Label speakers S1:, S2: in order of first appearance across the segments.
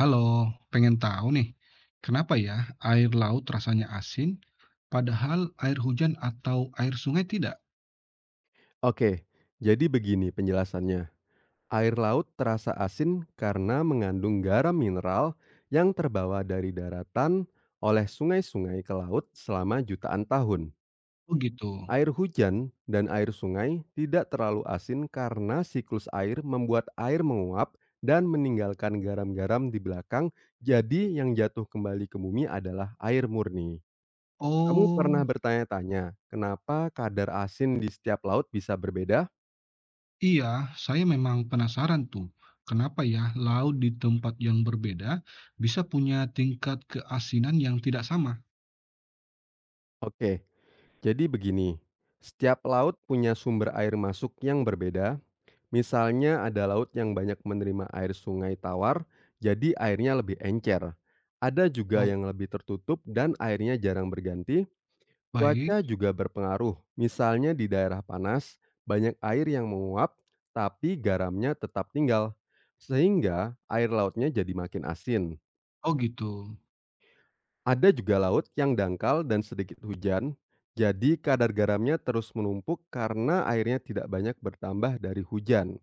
S1: Halo, pengen tahu nih, kenapa ya air laut rasanya asin, padahal air hujan atau air sungai tidak?
S2: Oke, jadi begini penjelasannya. Air laut terasa asin karena mengandung garam mineral yang terbawa dari daratan oleh sungai-sungai ke laut selama jutaan tahun.
S1: Oh gitu.
S2: Air hujan dan air sungai tidak terlalu asin karena siklus air membuat air menguap dan meninggalkan garam-garam di belakang. Jadi, yang jatuh kembali ke bumi adalah air murni. Kamu pernah
S1: Oh
S2: bertanya-tanya, kenapa kadar asin di setiap laut bisa berbeda?
S1: iya, saya memang penasaran tuh, kenapa ya laut di tempat yang berbeda bisa punya tingkat keasinan yang tidak sama?
S2: Oke, jadi begini, setiap laut punya sumber air masuk yang berbeda. Misalnya ada laut yang banyak menerima air sungai tawar, jadi airnya lebih encer. Ada juga
S1: Oh
S2: yang lebih tertutup dan airnya jarang berganti.
S1: baik,
S2: Cuaca juga berpengaruh. Misalnya di daerah panas, banyak air yang menguap, tapi garamnya tetap tinggal. Sehingga air lautnya jadi makin asin.
S1: oh gitu.
S2: Ada juga laut yang dangkal dan sedikit hujan, jadi kadar garamnya terus menumpuk karena airnya tidak banyak bertambah dari hujan.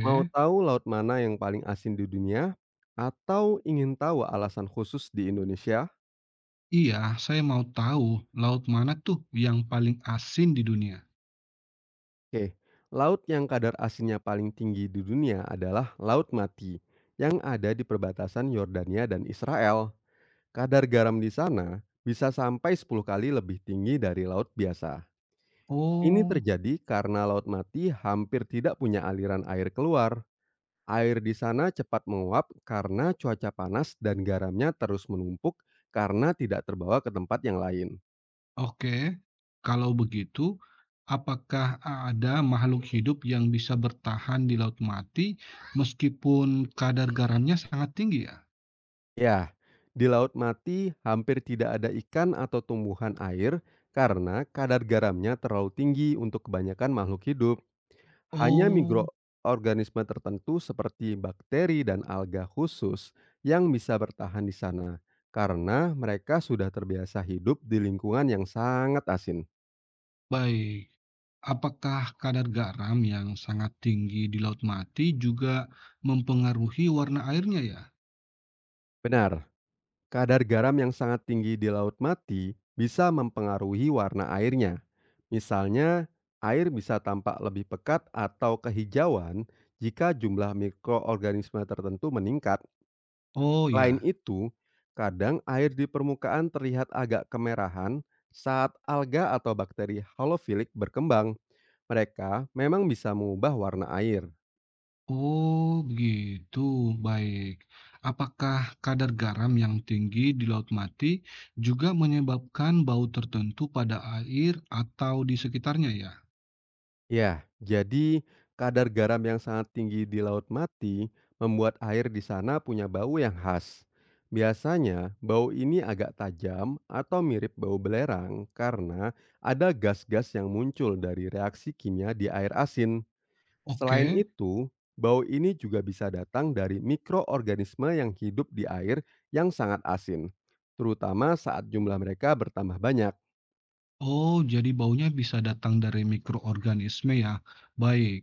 S2: Mau tahu laut mana yang paling asin di dunia? Atau ingin tahu alasan khusus di Indonesia?
S1: iya, saya mau tahu laut mana tuh yang paling asin di dunia?
S2: Oke, laut yang kadar asinnya paling tinggi di dunia adalah Laut Mati, yang ada di perbatasan Yordania dan Israel. Kadar garam di sana bisa sampai 10 kali lebih tinggi dari laut biasa. Ini
S1: Oh.
S2: terjadi karena Laut Mati hampir tidak punya aliran air keluar. Air di sana cepat menguap karena cuaca panas dan garamnya terus menumpuk karena tidak terbawa ke tempat yang lain.
S1: Oke, kalau begitu, apakah ada makhluk hidup yang bisa bertahan di laut mati meskipun kadar garamnya sangat tinggi ya?
S2: Ya, di Laut Mati hampir tidak ada ikan atau tumbuhan air karena kadar garamnya terlalu tinggi untuk kebanyakan makhluk hidup. Hanya
S1: Oh,
S2: mikroorganisme tertentu seperti bakteri dan alga khusus yang bisa bertahan di sana karena mereka sudah terbiasa hidup di lingkungan yang sangat asin.
S1: baik. Apakah kadar garam yang sangat tinggi di laut mati juga mempengaruhi warna airnya ya?
S2: Benar, kadar garam yang sangat tinggi di Laut Mati bisa mempengaruhi warna airnya. Misalnya, air bisa tampak lebih pekat atau kehijauan jika jumlah mikroorganisme tertentu meningkat.
S1: Oh
S2: Selain
S1: ya.
S2: itu, kadang air di permukaan terlihat agak kemerahan saat alga atau bakteri halofilik berkembang. Mereka memang bisa mengubah warna air.
S1: Oh, begitu. Baik. Apakah kadar garam yang tinggi di Laut Mati juga menyebabkan bau tertentu pada air atau di sekitarnya ya?
S2: Ya, jadi kadar garam yang sangat tinggi di laut mati membuat air di sana punya bau yang khas. Biasanya, bau ini agak tajam atau mirip bau belerang karena ada gas-gas yang muncul dari reaksi kimia di air asin. Selain
S1: Oke.
S2: itu, bau ini juga bisa datang dari mikroorganisme yang hidup di air yang sangat asin, terutama saat jumlah mereka bertambah banyak.
S1: Oh, jadi baunya bisa datang dari mikroorganisme ya. Baik.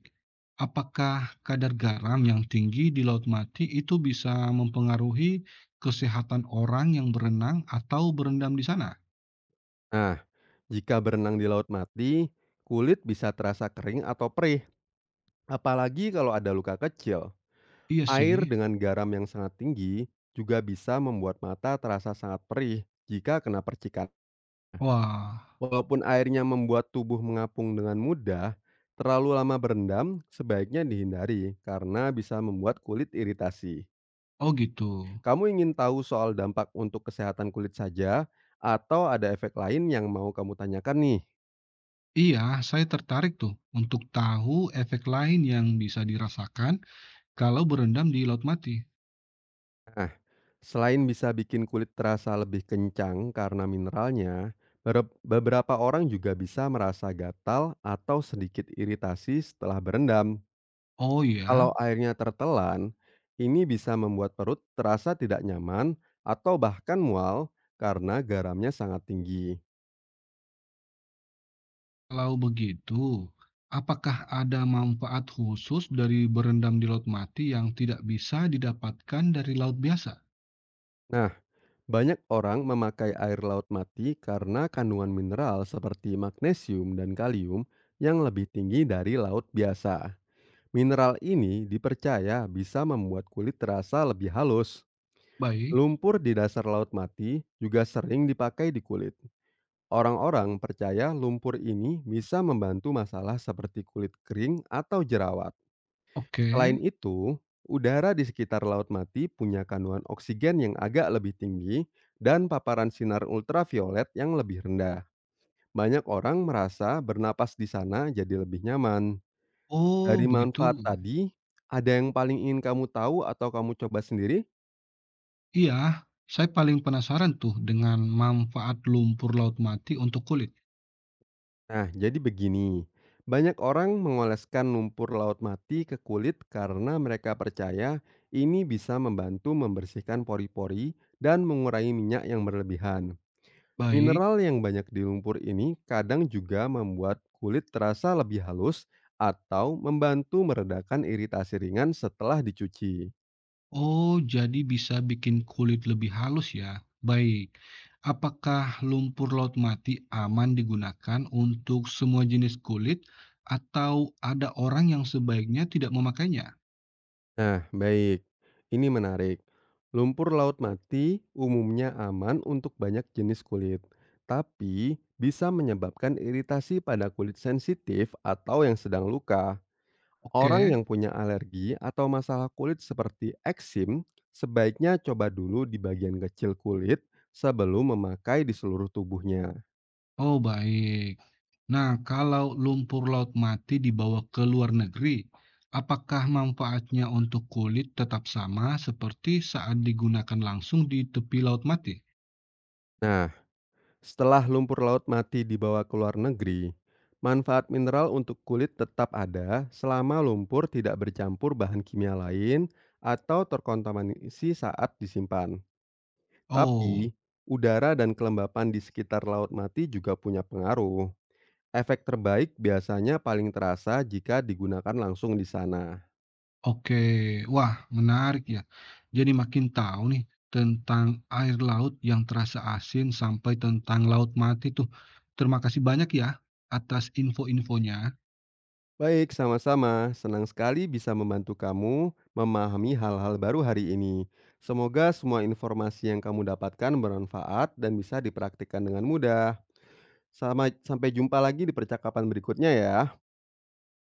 S1: Apakah kadar garam yang tinggi di Laut Mati itu bisa mempengaruhi kesehatan orang yang berenang atau berendam di sana?
S2: Nah, jika berenang di laut mati, kulit bisa terasa kering atau perih, apalagi kalau ada luka kecil.
S1: Iya
S2: Air
S1: sih.
S2: dengan garam yang sangat tinggi juga bisa membuat mata terasa sangat perih jika kena percikan.
S1: Wah,
S2: Walaupun airnya membuat tubuh mengapung dengan mudah, terlalu lama berendam sebaiknya dihindari karena bisa membuat kulit iritasi.
S1: oh gitu.
S2: Kamu ingin tahu soal dampak untuk kesehatan kulit saja atau ada efek lain yang mau kamu tanyakan nih?
S1: Iya, saya tertarik tuh untuk tahu efek lain yang bisa dirasakan kalau berendam di laut mati.
S2: Nah, selain bisa bikin kulit terasa lebih kencang karena mineralnya, beberapa orang juga bisa merasa gatal atau sedikit iritasi setelah berendam.
S1: Oh ya,
S2: Kalau airnya tertelan, ini bisa membuat perut terasa tidak nyaman atau bahkan mual karena garamnya sangat tinggi.
S1: kalau begitu, apakah ada manfaat khusus dari berendam di laut mati yang tidak bisa didapatkan dari laut biasa?
S2: Nah, banyak orang memakai air laut mati karena kandungan mineral seperti magnesium dan kalium yang lebih tinggi dari laut biasa. Mineral ini dipercaya bisa membuat kulit terasa lebih halus.
S1: Baik,
S2: Lumpur di dasar laut mati juga sering dipakai di kulit. Orang-orang percaya lumpur ini bisa membantu masalah seperti kulit kering atau jerawat.
S1: oke.
S2: Selain itu, udara di sekitar Laut Mati punya kandungan oksigen yang agak lebih tinggi dan paparan sinar ultraviolet yang lebih rendah. Banyak orang merasa bernapas di sana jadi lebih nyaman.
S1: Oh,
S2: Dari
S1: begitu.
S2: manfaat tadi, ada yang paling ingin kamu tahu atau kamu coba sendiri?
S1: Iya, saya paling penasaran tuh dengan manfaat lumpur laut mati untuk kulit.
S2: Nah, jadi begini. Banyak orang mengoleskan lumpur laut mati ke kulit karena mereka percaya ini bisa membantu membersihkan pori-pori dan mengurangi minyak yang berlebihan.
S1: Baik.
S2: Mineral yang banyak di lumpur ini kadang juga membuat kulit terasa lebih halus atau membantu meredakan iritasi ringan setelah dicuci.
S1: Oh, jadi bisa bikin kulit lebih halus ya? Baik. Apakah lumpur laut mati aman digunakan untuk semua jenis kulit atau ada orang yang sebaiknya tidak memakainya?
S2: Nah, baik. Ini menarik. Lumpur laut mati umumnya aman untuk banyak jenis kulit, tapi bisa menyebabkan iritasi pada kulit sensitif atau yang sedang luka. Orang
S1: Oke.
S2: yang punya alergi atau masalah kulit seperti eksim, sebaiknya coba dulu di bagian kecil kulit sebelum memakai di seluruh tubuhnya.
S1: Oh, baik. Nah, kalau lumpur laut mati dibawa ke luar negeri, apakah manfaatnya untuk kulit tetap sama seperti saat digunakan langsung di tepi laut mati?
S2: Nah, setelah lumpur laut mati dibawa ke luar negeri, manfaat mineral untuk kulit tetap ada selama lumpur tidak bercampur bahan kimia lain atau terkontaminasi saat disimpan.
S1: Oh.
S2: Tapi, udara dan kelembapan di sekitar laut mati juga punya pengaruh. Efek terbaik biasanya paling terasa jika digunakan langsung di sana.
S1: Oke, wah menarik ya. Jadi makin tahu nih tentang air laut yang terasa asin sampai tentang laut mati tuh. Terima kasih banyak ya atas info-infonya.
S2: Baik, sama-sama. Senang sekali bisa membantu kamu memahami hal-hal baru hari ini. Semoga semua informasi yang kamu dapatkan bermanfaat dan bisa dipraktikkan dengan mudah. Sama, sampai jumpa lagi di percakapan berikutnya ya.